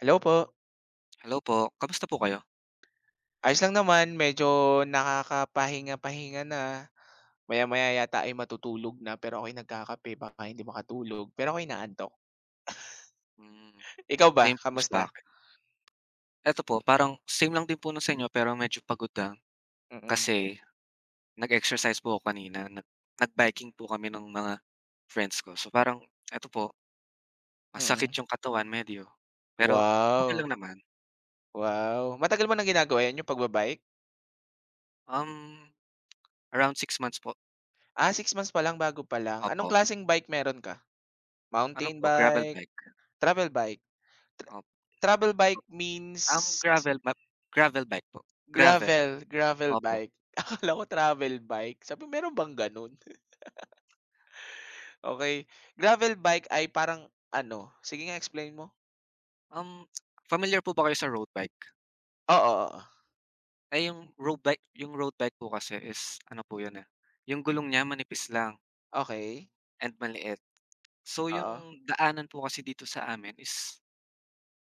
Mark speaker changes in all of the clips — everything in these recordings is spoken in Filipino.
Speaker 1: Hello po.
Speaker 2: Hello po, kamusta po kayo?
Speaker 1: Ayos lang naman, medyo nakakapahinga-pahinga na. Maya-maya yata ay matutulog na, pero ako'y nagkakape baka hindi makatulog, pero ako'y inaantok.
Speaker 2: Hmm,
Speaker 1: Ikaw ba,
Speaker 2: same po
Speaker 1: kamusta?
Speaker 2: sa'kin. Eto po, parang same lang din po nung sa inyo pero medyo pagod na.
Speaker 1: Mm,
Speaker 2: Kasi nag-exercise po ako kanina, nag-biking po kami ng mga friends ko. So, parang eto po, masakit
Speaker 1: mm.
Speaker 2: yung katawan medyo, pero okey
Speaker 1: Wow,
Speaker 2: lang naman.
Speaker 1: wow. Matagal mo ng ginagawa 'yan, yung pagba-bike?
Speaker 2: Um, around 6 months po.
Speaker 1: Ah, 6 months pa lang, bago pa lang. Anong
Speaker 2: Opo.
Speaker 1: klaseng bike meron ka?
Speaker 2: Ano
Speaker 1: Mountain
Speaker 2: po, gravel
Speaker 1: bike,
Speaker 2: bike.
Speaker 1: travel bike? Tra
Speaker 2: Opo.
Speaker 1: travel bike means
Speaker 2: Um, gravel bike po, gravel,
Speaker 1: gravel
Speaker 2: opo.
Speaker 1: bike. Akala ko travel bike, sabi meron bang gano'n? Okay, gravel bike ay parang ano, sige nga explain mo.
Speaker 2: Um, familiar po ba kayo sa road bike?
Speaker 1: Oo, oo.
Speaker 2: Ay yung road bike po kasi is ano po yun, eh, yung gulong niya manipis lang
Speaker 1: Okay.
Speaker 2: and maliit. So
Speaker 1: Oo.
Speaker 2: yung daanan po kasi dito sa amin is,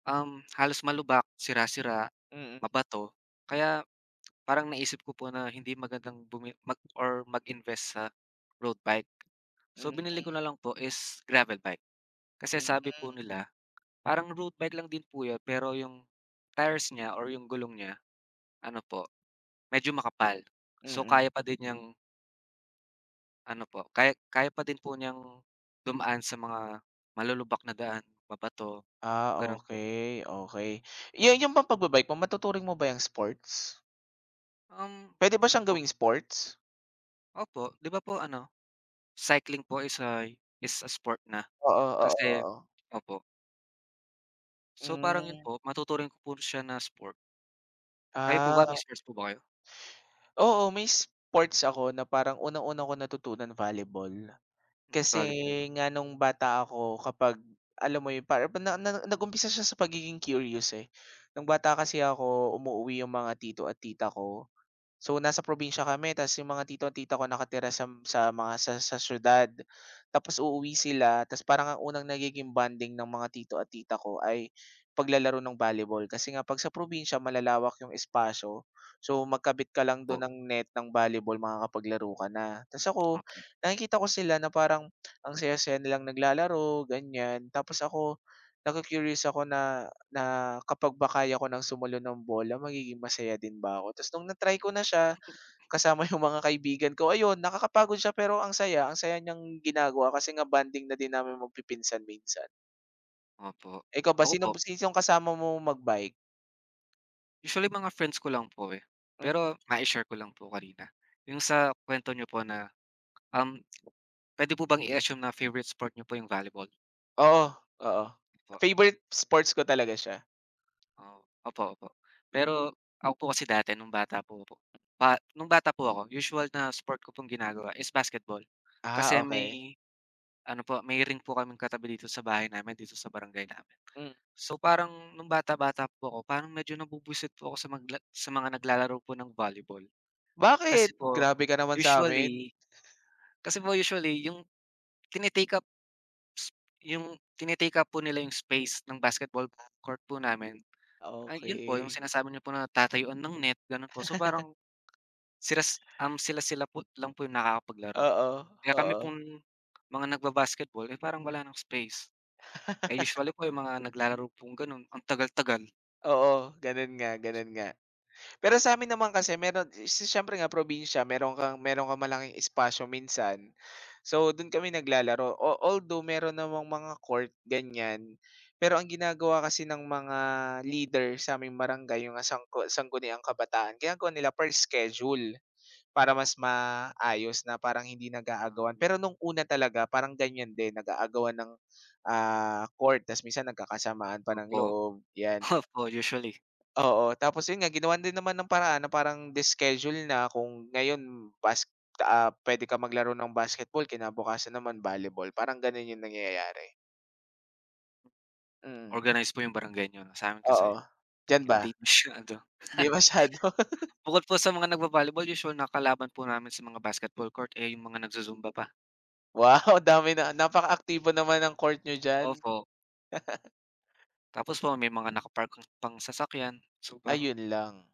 Speaker 2: halos malubak, sira-sira,
Speaker 1: Mm,
Speaker 2: mabato. Kaya parang naisip ko po na hindi magandang bumi mag or mag-invest sa road bike. So
Speaker 1: hmm,
Speaker 2: binili ko na lang po is gravel bike. Kasi sabi
Speaker 1: mm.
Speaker 2: po nila parang road bike lang din po yun pero yung tires niya or yung gulong niya ano po, medyo makapal. So
Speaker 1: Mm.
Speaker 2: kaya pa din niyang Ano po, kaya kaya pa din po niyang dumaan sa mga malulubak na daan, mabato,
Speaker 1: Ah,
Speaker 2: gano'n po.
Speaker 1: okay okay. Yung bang mo matuturing mo ba yung sports?
Speaker 2: Um,
Speaker 1: Puwede ba siyang
Speaker 2: opo,
Speaker 1: gawing sports?
Speaker 2: opo. 'Di ba po ano, cycling po is a sport na
Speaker 1: Oo, oo,
Speaker 2: kasi
Speaker 1: oo.
Speaker 2: opo. So, parang 'yun
Speaker 1: Hmm,
Speaker 2: po, matuturing ko po siya na sport. Kayo po ba, may
Speaker 1: ah,
Speaker 2: sports po ba kayo?
Speaker 1: oo, may sports ako na parang unang-una ko natutunan volleyball.
Speaker 2: Hmm,
Speaker 1: Kasi
Speaker 2: volleyball
Speaker 1: nga nung bata ako kapag alam mo yun para na na nag-umpisa siya sa pagiging curious, eh. Nung bata kasi ako umuwi yung mga tito at tita ko. So, nasa probinsya kami ta's yung mga tito at tita ko nakatira sa mga sa siyudad. Tapos uuwi sila ta's parang ang unang nagiging bonding ng mga tito at tita ko ay paglalaro ng volleyball. Kasi nga 'pag sa probinsya malalawak yung espasyo, so magkabit ka lang dun
Speaker 2: po,
Speaker 1: ng net ng volleyball makakapaglaro ka na. Ta's ako,
Speaker 2: opo,
Speaker 1: nakikita ko sila na parang ang saya-saya nilang naglalaro, ganyan. Tapos ako, naku-curious ako na na kapag ba kaya ko ng sumalo ng bola magiging masaya din ba ako? Tapos nung na-try ko na siya kasama yung mga kaibigan ko, ayun nakakapagod siya pero ang saya niyang ginagawa kasi nga bonding na din namin magpipinsan minsan.
Speaker 2: opo.
Speaker 1: Ikaw ba
Speaker 2: Ako
Speaker 1: sino
Speaker 2: po,
Speaker 1: sinong kasama mo magbike?
Speaker 2: usually mga friends ko lang po, eh.
Speaker 1: Mm.
Speaker 2: Pero mai-share ko lang po kanina, yung sa kwento niyo po na, um, pwede po bang i-assume na favorite sport niyo po yung volleyball?
Speaker 1: Oo, oo. Favorite sports ko talaga siya.
Speaker 2: Oh, opo, opo. Pero ako po kasi dati nung bata po ako usual na sport ko pong ginagawa is basketball.
Speaker 1: Ah,
Speaker 2: Kasi
Speaker 1: okay.
Speaker 2: may ano po, may ring po kaming katabi dito sa bahay namin, dito sa barangay namin.
Speaker 1: Hmm.
Speaker 2: So, parang nung bata-bata po ako, parang medyo nabubuisit po ako sa mga naglalaro po ng volleyball.
Speaker 1: Bakit?
Speaker 2: Kasi po
Speaker 1: Grabe ka naman sa'min.
Speaker 2: usually kasi po usually tini-take up s- yung tini up po nila yung space ng basketball court po namin. Ay, yun po yung
Speaker 1: Okey.
Speaker 2: sinasabi niyo po na tatayuan ng net, gano'n po. So, parang sila-sila po lang po yung nakakapaglaro.
Speaker 1: Oo,
Speaker 2: Kaya kami
Speaker 1: oo.
Speaker 2: pong mga nagba-basketball, eh, parang wala ng space. Eh, usually po yung mga naglalaro pong gano'n, ang tagal-tagal.
Speaker 1: Oo, ganun nga, ganun nga. Pero sa amin naman kasi meron siyempre nga probinsya meron kang malaking espasyo minsan. So, dun kami naglalaro. Although meron namang mga court ganyan, pero ang ginagawa kasi ng mga leader sa sa'ming barangay yung sangguniang kabataan ginagawa nila per schedule para
Speaker 2: Op
Speaker 1: mas maayos na parang hindi nag-aagawan.
Speaker 2: um,
Speaker 1: Pero nung una talaga parang ganyan din nag-aagawan ng, court ta's minsan nagkakasamaan pa ng
Speaker 2: opo,
Speaker 1: loob, 'yan.
Speaker 2: opo, usually.
Speaker 1: Oo, tapos yun nga ginawan din naman ng paraan na parang de-schedule na kung ngayon puwede ka maglaro ng basketball kinabukasan naman volleyball parang ganun yung nangyayari. Mm,
Speaker 2: Organized po yung barangay nyo. Sa'min kasi
Speaker 1: oo. Diyan ba?
Speaker 2: hindi masyado.
Speaker 1: 'Di masyado?
Speaker 2: Bukod po sa mga nagvo-volleyball, usual na po namin sa mga basketball court, eh, yung mga nagzu-zumba pa.
Speaker 1: Wow, dami na napakaaktibo naman ng court niyo diyan.
Speaker 2: Opo, tapos po may mga nakapark pang sasakyan. So, parang
Speaker 1: Ayun lang,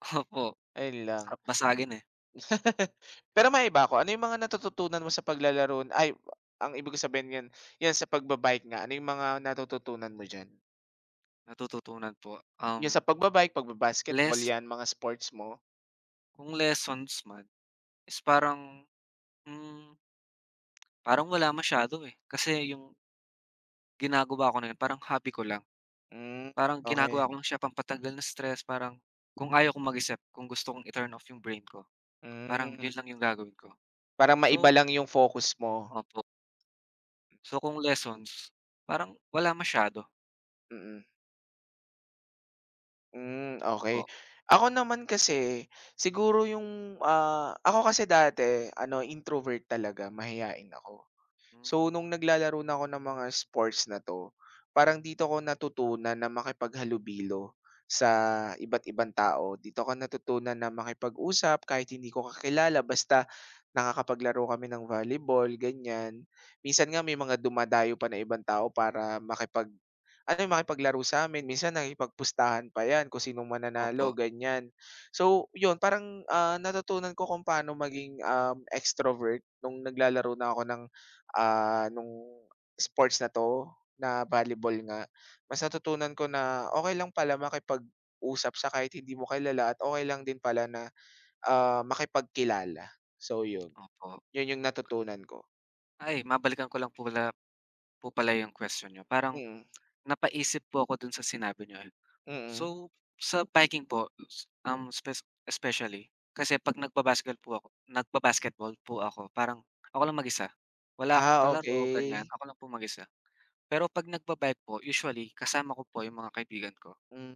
Speaker 2: opo.
Speaker 1: ayun lang.
Speaker 2: Sarap basagin, eh.
Speaker 1: Pero maiba ako, ano yung mga natututunan mo sa paglalaro ay ang ibig ko sabihin niyan, yan sa pagba-bike nga, ano yung mga natututunan mo diyan?
Speaker 2: Natututunan po, um,
Speaker 1: Yung sa pagba-bike, pagba-basketball
Speaker 2: less
Speaker 1: yan mga sports mo?
Speaker 2: kung lessons man is hmm, parang wala masyado, eh. Kasi yung ginagawa ko na yun parang hobby ko lang.
Speaker 1: Hmm,
Speaker 2: Parang
Speaker 1: okey.
Speaker 2: ginagawa ko lang siya pampatanggal ng stress, parang kung ayaw kong mag-isip, kung gusto kong i-turn off yung brain ko, parang
Speaker 1: Hmm,
Speaker 2: yun lang yung gagawin ko.
Speaker 1: para
Speaker 2: So,
Speaker 1: maiba lang yung focus mo.
Speaker 2: opo. So kung lessons, parang wala masyado,
Speaker 1: Mm. Hmm, okey.
Speaker 2: opo.
Speaker 1: Ako naman kasi, siguro yung, ako kasi dati ano introvert talaga, mahiyain ako.
Speaker 2: Hmm,
Speaker 1: So, nung naglalaro na ako ng mga sports na 'to, parang dito ko natutunan na makipaghalubilo sa iba't ibang tao. Dito ko natutunan na makipag-usap kahit hindi ko kakilala basta nakakapaglaro kami ng volleyball, ganyan. Minsan nga may mga dumadayo pa na ibang tao para ano, yung makipaglaro sa'min. Minsan nakikipagpustahan pa 'yan kung sinong
Speaker 2: opo,
Speaker 1: mananalo, ganyan. So, 'yun parang, natutunan ko kung paano maging, extrovert nung naglalaro na ako nung sports na 'to, na volleyball nga, mas natutunan ko na okay lang pala makipag-usap sa kahit hindi mo kilala at okay lang din pala na, makipagkilala. So yun,
Speaker 2: opo.
Speaker 1: yun yung natutunan ko.
Speaker 2: Ay, mabalikan ko lang po pala yung question niyo. Parang
Speaker 1: Mm,
Speaker 2: napaisip po ako dun sa sinabi niyo, eh.
Speaker 1: mm.
Speaker 2: So, sa biking po, s um, spec especially, kasi 'pag nagba-basketball po ako, parang ako lang mag-isa. Wala akong
Speaker 1: Ah,
Speaker 2: kalaro, ganyan,
Speaker 1: okay.
Speaker 2: ako lang po mag-isa. Pero 'pag nagba-bike po, usually kasama ko po 'yung mga kaibigan ko.
Speaker 1: Hmm,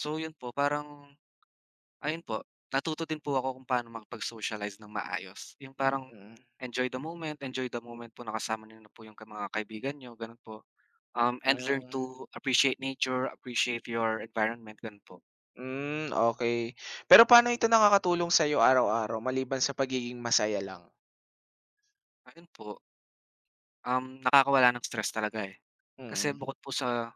Speaker 2: So, 'yun po, parang ayun po, natuto din po ako kung paano makipag-socialize ng maayos. 'Yung parang
Speaker 1: mm.
Speaker 2: enjoy the moment po nakasama niyo na po 'yung mga kaibigan niyo, gano'n po. And learn
Speaker 1: Hmm,
Speaker 2: to appreciate nature, appreciate your environment, gano'n po.
Speaker 1: hmm, okay. Pero paano ito nakakatulong sa'yo araw-araw maliban sa pagiging masaya lang?
Speaker 2: Ayun po. Nakakawala ng stress talaga, eh. Kasi
Speaker 1: Mm,
Speaker 2: bukod po sa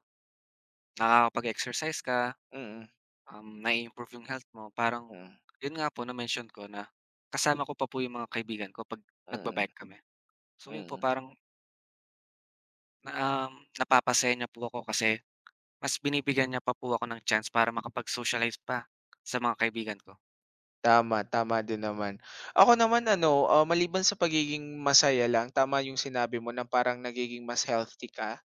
Speaker 2: nakakapag-exercise ka,
Speaker 1: mm,
Speaker 2: na improve yung health mo, parang
Speaker 1: mm,
Speaker 2: yun nga po na-mention ko na kasama ko pa po yung mga kaibigan ko 'pag
Speaker 1: mm,
Speaker 2: nagba-bike kami. So yun po
Speaker 1: mm.
Speaker 2: parang na, napapasaya niya po ako kasi mas binibigyan niya pa po ako ng chance para makapag-socialize pa sa mga kaibigan ko.
Speaker 1: Tama, tama din naman. Ako naman ano, maliban sa pagiging masaya lang, tama yung sinabi mo na parang nagiging mas healthy ka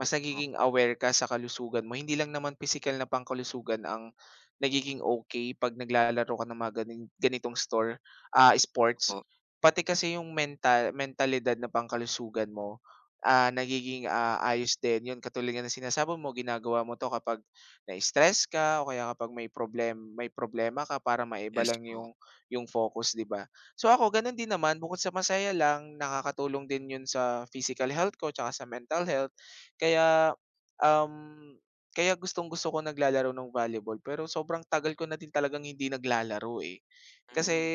Speaker 1: mas nagiging
Speaker 2: Opo,
Speaker 1: aware ka sa kalusugan mo. Hindi lang naman physical na pangkalusugan ang nagiging okay 'pag naglalaro ka ng mga ganitong sports.
Speaker 2: opo.
Speaker 1: Pati kasi yung mentalidad na pangkalusugan mo, nagiging, ayos din. Yun, katulad nga ng sinasabi mo, ginagawa mo 'to kapag na-stress ka o kaya kapag may may problema ka para maiba
Speaker 2: Yes
Speaker 1: lang
Speaker 2: po.
Speaker 1: yung focus, 'di ba? So, ako ganun din naman, bukod sa masaya lang, nakakatulong din yun sa physical health ko tsaka sa mental health. Kaya, um, kaya gustong-gusto ko naglalaro ng volleyball pero sobrang tagal ko na din talagang hindi naglalaro, eh. Kasi
Speaker 2: Hmm,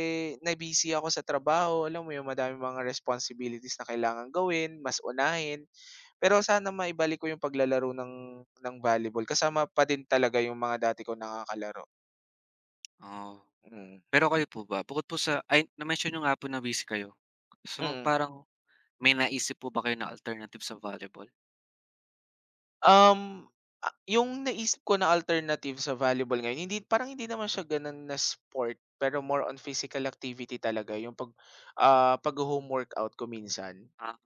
Speaker 1: na-busy ako sa trabaho, alam mo yung madami mga responsibilities na kailangan gawin, mas unahin. Pero sana maibalik ko yung paglalaro ng volleyball kasama pa din talaga yung mga dati ko nakakalaro.
Speaker 2: oo.
Speaker 1: Mm,
Speaker 2: Pero kayo po ba, bukod po sa ay na-mention niyo nga po na busy kayo. So
Speaker 1: mm.
Speaker 2: parang may naisip po ba kayo na alternative sa volleyball?
Speaker 1: Um, yung naisip ko na alternative sa volleyball ngayon, parang hindi naman siya gano'n na sport, pero more on physical activity talaga yung pagho-home workout ko minsan
Speaker 2: Ah,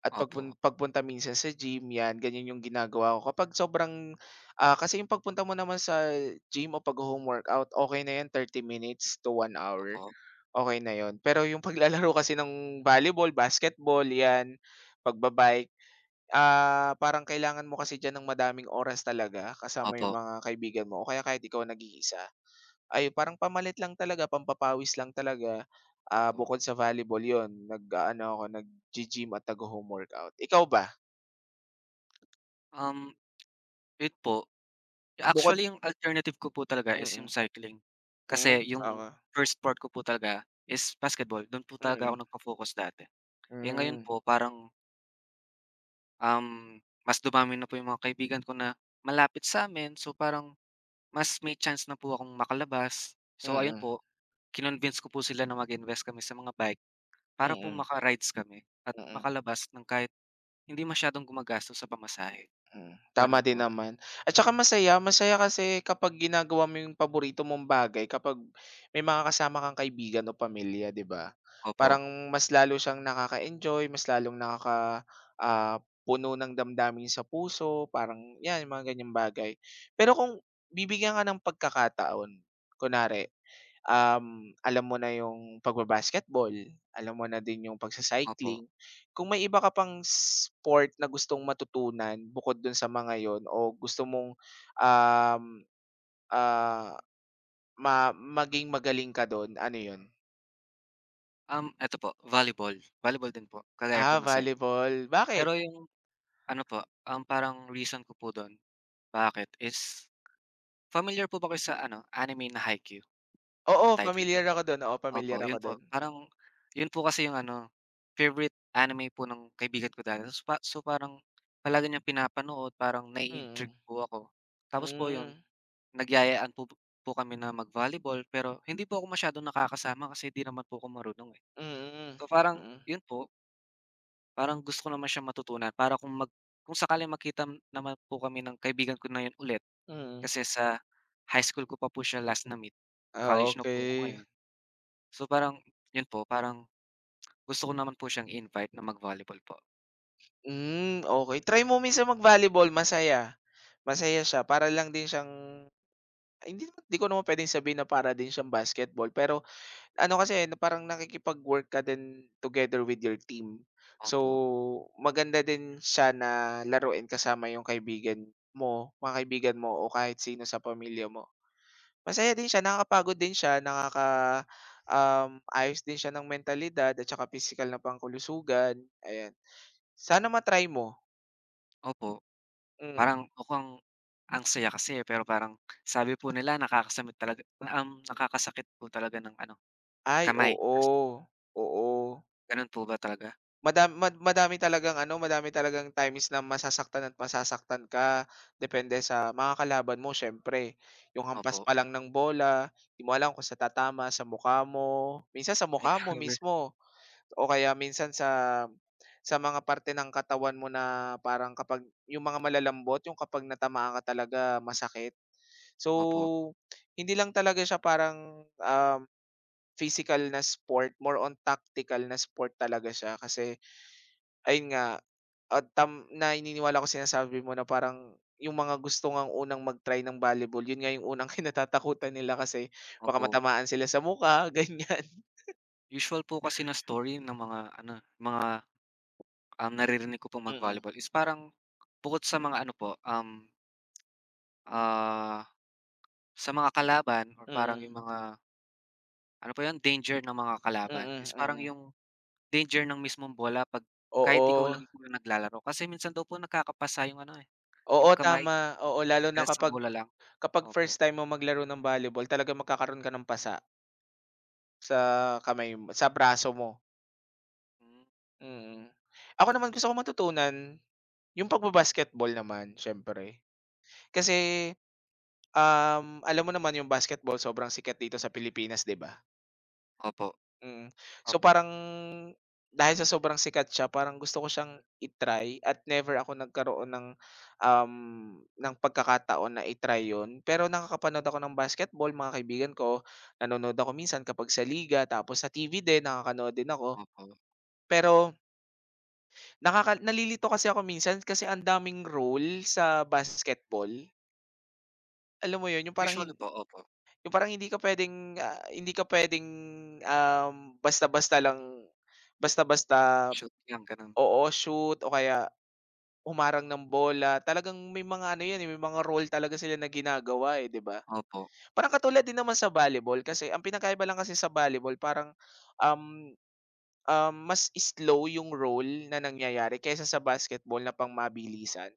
Speaker 1: at
Speaker 2: opo,
Speaker 1: pagpunta minsan sa gym, 'yan ganyan yung ginagawa ko kapag kasi yung pagpunta mo naman sa gym o pag home workout, okey na 'yan 30 minutes to 1 hour,
Speaker 2: opo,
Speaker 1: okay na yon. Pero yung paglalaro kasi ng volleyball, basketball, 'yan, pagba-bike. Ah, parang kailangan mo kasi diyan ng madaming oras talaga kasama yung
Speaker 2: opo,
Speaker 1: mga kaibigan mo o kaya kahit ikaw nag-iisa. Ay parang pamalit lang talaga, pampapawis lang talaga,
Speaker 2: opo.
Speaker 1: bukod sa volleyball 'yun nag-aano ako, gym at nagho-home workout. Ikaw ba?
Speaker 2: Um, yun po,
Speaker 1: Bukod
Speaker 2: actually yung alternative ko po talaga
Speaker 1: mm,
Speaker 2: is yung
Speaker 1: mm.
Speaker 2: cycling.
Speaker 1: Hmm,
Speaker 2: Kasi yung
Speaker 1: oo,
Speaker 2: first sport ko po talaga is basketball, dun po talaga ako
Speaker 1: mm,
Speaker 2: nagfo-focus dati. Eh, ngayon
Speaker 1: hmm,
Speaker 2: po parang, um, mas dumami na po yung mga kaibigan ko na malapit sa'min, so parang mas may chance na po akong makalabas. So ayun
Speaker 1: mm,
Speaker 2: po, kinonvince ko po sila na mag-invest kami sa mga bike para po
Speaker 1: mm,
Speaker 2: maka-rides kami at
Speaker 1: mm, mm.
Speaker 2: makalabas ng kahit hindi masyadong gumagastos sa pamasahe,
Speaker 1: Mm, tama
Speaker 2: gano'n
Speaker 1: din
Speaker 2: po. Hmm.
Speaker 1: naman. At saka masaya, masaya kasi kapag ginagawa mo yung paborito mong bagay, kapag may mga kasama kang kaibigan o pamilya, 'di ba?
Speaker 2: Opo,
Speaker 1: Parang mas lalo siyang nakaka-enjoy, mas lalong puno ng damdamin sa puso, parang 'yan, yung mga ganyang bagay. Pero kung bibigyan ka ng pagkakataon, kunwari alam mo na yung pagbabasketball, alam mo na din yung
Speaker 2: opo.
Speaker 1: pagsa-cycling. Kung may iba ka pang sport na gustong matutunan bukod dun sa mga yon, o gusto mong, um, ah, ma maging magaling ka dun, ano yon?
Speaker 2: Eto po volleyball, volleyball din po kagaya
Speaker 1: Ah,
Speaker 2: po ng sa inyo.
Speaker 1: volleyball. Bakit?
Speaker 2: Pero yung ano po, ang parang reason ko po dun bakit is familiar po ba kayo sa ano, anime na Haikyuu,
Speaker 1: Oo,
Speaker 2: yung title?
Speaker 1: familiar ako dun. Oo, familiar
Speaker 2: Opo,
Speaker 1: ako
Speaker 2: yun po
Speaker 1: dun.
Speaker 2: parang yun po kasi yung ano, favorite anime po ng kaibigan ko dati. Tas pa so, parang palagi niyang pinapanood, parang
Speaker 1: Mm.
Speaker 2: nai-intrigue po ako. Tapos po yun.
Speaker 1: Hmm,
Speaker 2: Nagyayaan po kami na mag-volleyball pero hindi po ako masyadong nakakasama kasi di naman po ako marunong, eh.
Speaker 1: mm.
Speaker 2: So, parang
Speaker 1: Mm,
Speaker 2: yun po, parang gusto ko naman siyang matutunan para kung sakaling magkita naman po kami ng kaibigan ko na yun ulit
Speaker 1: mm.
Speaker 2: kasi sa high school ko pa po siya last na-meet,
Speaker 1: Ah,
Speaker 2: college na po ako
Speaker 1: okay.
Speaker 2: ngayon. So, parang yun po, parang gusto ko naman po siyang invite na mag-volleyball po.
Speaker 1: Hmm, okay. Try mo minsan mag-volleyball, masaya. Masaya siya para lang din siyang ay hindi naman 'di ko naman puwedeng sabihin na para din siyang basketball, pero ano kasi, na parang nakikipag-work ka din together with your team.
Speaker 2: Opo,
Speaker 1: So, maganda din siya na laruin kasama yung kaibigan mo, mga kaibigan mo o kahit sino sa pamilya mo. Masaya din siya, nakakapagod din siya, ayos din siya ng mentalidad at saka pisikal na pangkulusugan ayan. Sana matry mo,
Speaker 2: opo.
Speaker 1: mm.
Speaker 2: Parang mukhang ang saya kasi, eh, pero parang sabi po nila nakakasakit po talaga ng ano
Speaker 1: Ay
Speaker 2: kamay, tas
Speaker 1: oo, oo.
Speaker 2: ganun po ba talaga?
Speaker 1: Madami talagang ano, madami talagang times na masasaktan at masasaktan ka, depende sa mga kalaban mo siyempre. Yung hampas
Speaker 2: Opo.
Speaker 1: pa lang ng bola, di mo alam kung saan tatama, sa mukha mo, minsan sa
Speaker 2: Ay
Speaker 1: mukha mo
Speaker 2: grabe.
Speaker 1: mismo o kaya minsan sa mga parte ng katawan mo na parang kapag yung mga malalambot, yung kapag natamaan ka talaga masakit.
Speaker 2: Opo,
Speaker 1: So, hindi lang talaga siya parang, physical na sport, more on tactical na sport talaga siya kasi ayun nga, at na naniniwala ako sinasabi mo na parang yung mga gusto ngang unang mag-try ng volleyball, yun nga yung unang kinatatakutan nila kasi baka
Speaker 2: opo.
Speaker 1: matamaan sila sa mukha, ganyan.
Speaker 2: Usual po kasi na story ng mga ano, mga, naririnig ko pong
Speaker 1: Mm,
Speaker 2: mag-volleyball is parang bukod sa mga ano po, ah, sa mga kalaban or parang
Speaker 1: mm,
Speaker 2: yung mga ano po yun, danger ng mga kalaban
Speaker 1: mm,
Speaker 2: is parang
Speaker 1: mm.
Speaker 2: yung danger ng mismong bola 'pag kahit ikaw
Speaker 1: Oo,
Speaker 2: lang po yung naglalaro. Kasi minsan daw po nagkakapasa yung ano, eh, yung
Speaker 1: oo,
Speaker 2: kamay
Speaker 1: tama. Oo, lalo na
Speaker 2: dahil sa
Speaker 1: kapag
Speaker 2: bola lang.
Speaker 1: kapag
Speaker 2: Opo.
Speaker 1: first time mo maglaro ng volleyball talaga magkakaroon ka ng pasa sa kamay mo sa braso mo,
Speaker 2: Hmm.
Speaker 1: mm. Ako naman gusto ko matutunan yung naman siyempre. Kasi alam mo naman yung basketball sobrang sikat dito sa Pilipinas, 'di ba?
Speaker 2: Opo,
Speaker 1: Mm. So,
Speaker 2: opo,
Speaker 1: parang dahil sa sobrang sikat siya parang gusto ko siyang i-try at never ako nagkaroon um, ng pagkakataon na i-try 'yun. Pero nakakapanood ako ng basketball, mga kaibigan ko, nanonood ako minsan kapag sa liga tapos sa TV din nakakanood din ako.
Speaker 2: opo.
Speaker 1: Pero nalilito kasi ako minsan kasi ang daming rule sa basketball. Alam mo 'yun, yung parang hin
Speaker 2: Usually po, opo.
Speaker 1: Yung parang hindi ka puwedeng, um, basta-basta lang basta-basta,
Speaker 2: Shoot lang, gano'n.
Speaker 1: oo, shoot o kaya humarang ng bola. Talagang may mga ano 'yan, eh, may mga role talaga sila na ginagawa, eh, 'di ba?
Speaker 2: Opo,
Speaker 1: Parang katulad din naman sa volleyball kasi ang pinakaiba lang kasi sa volleyball parang, um, um, mas slow yung role na nangyayari kaysa sa basketball na pang-mabilisan.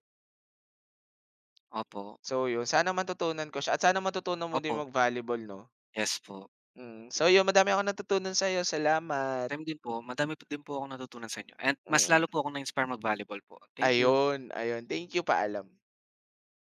Speaker 2: opo,
Speaker 1: So 'yun, sana matutunan ko siya at sana matutunan mo din
Speaker 2: opo,
Speaker 1: mag-volleyball 'no?
Speaker 2: yes po.
Speaker 1: Mm, so yun madami akong natutunan sa'yo salamat,
Speaker 2: Same din po, madami po din po akong natutunan sa inyo and mas
Speaker 1: mm.
Speaker 2: lalo po akong na-inspire mag-volleyball po. Thank you.
Speaker 1: Ayun, ayun, thank you, paalam.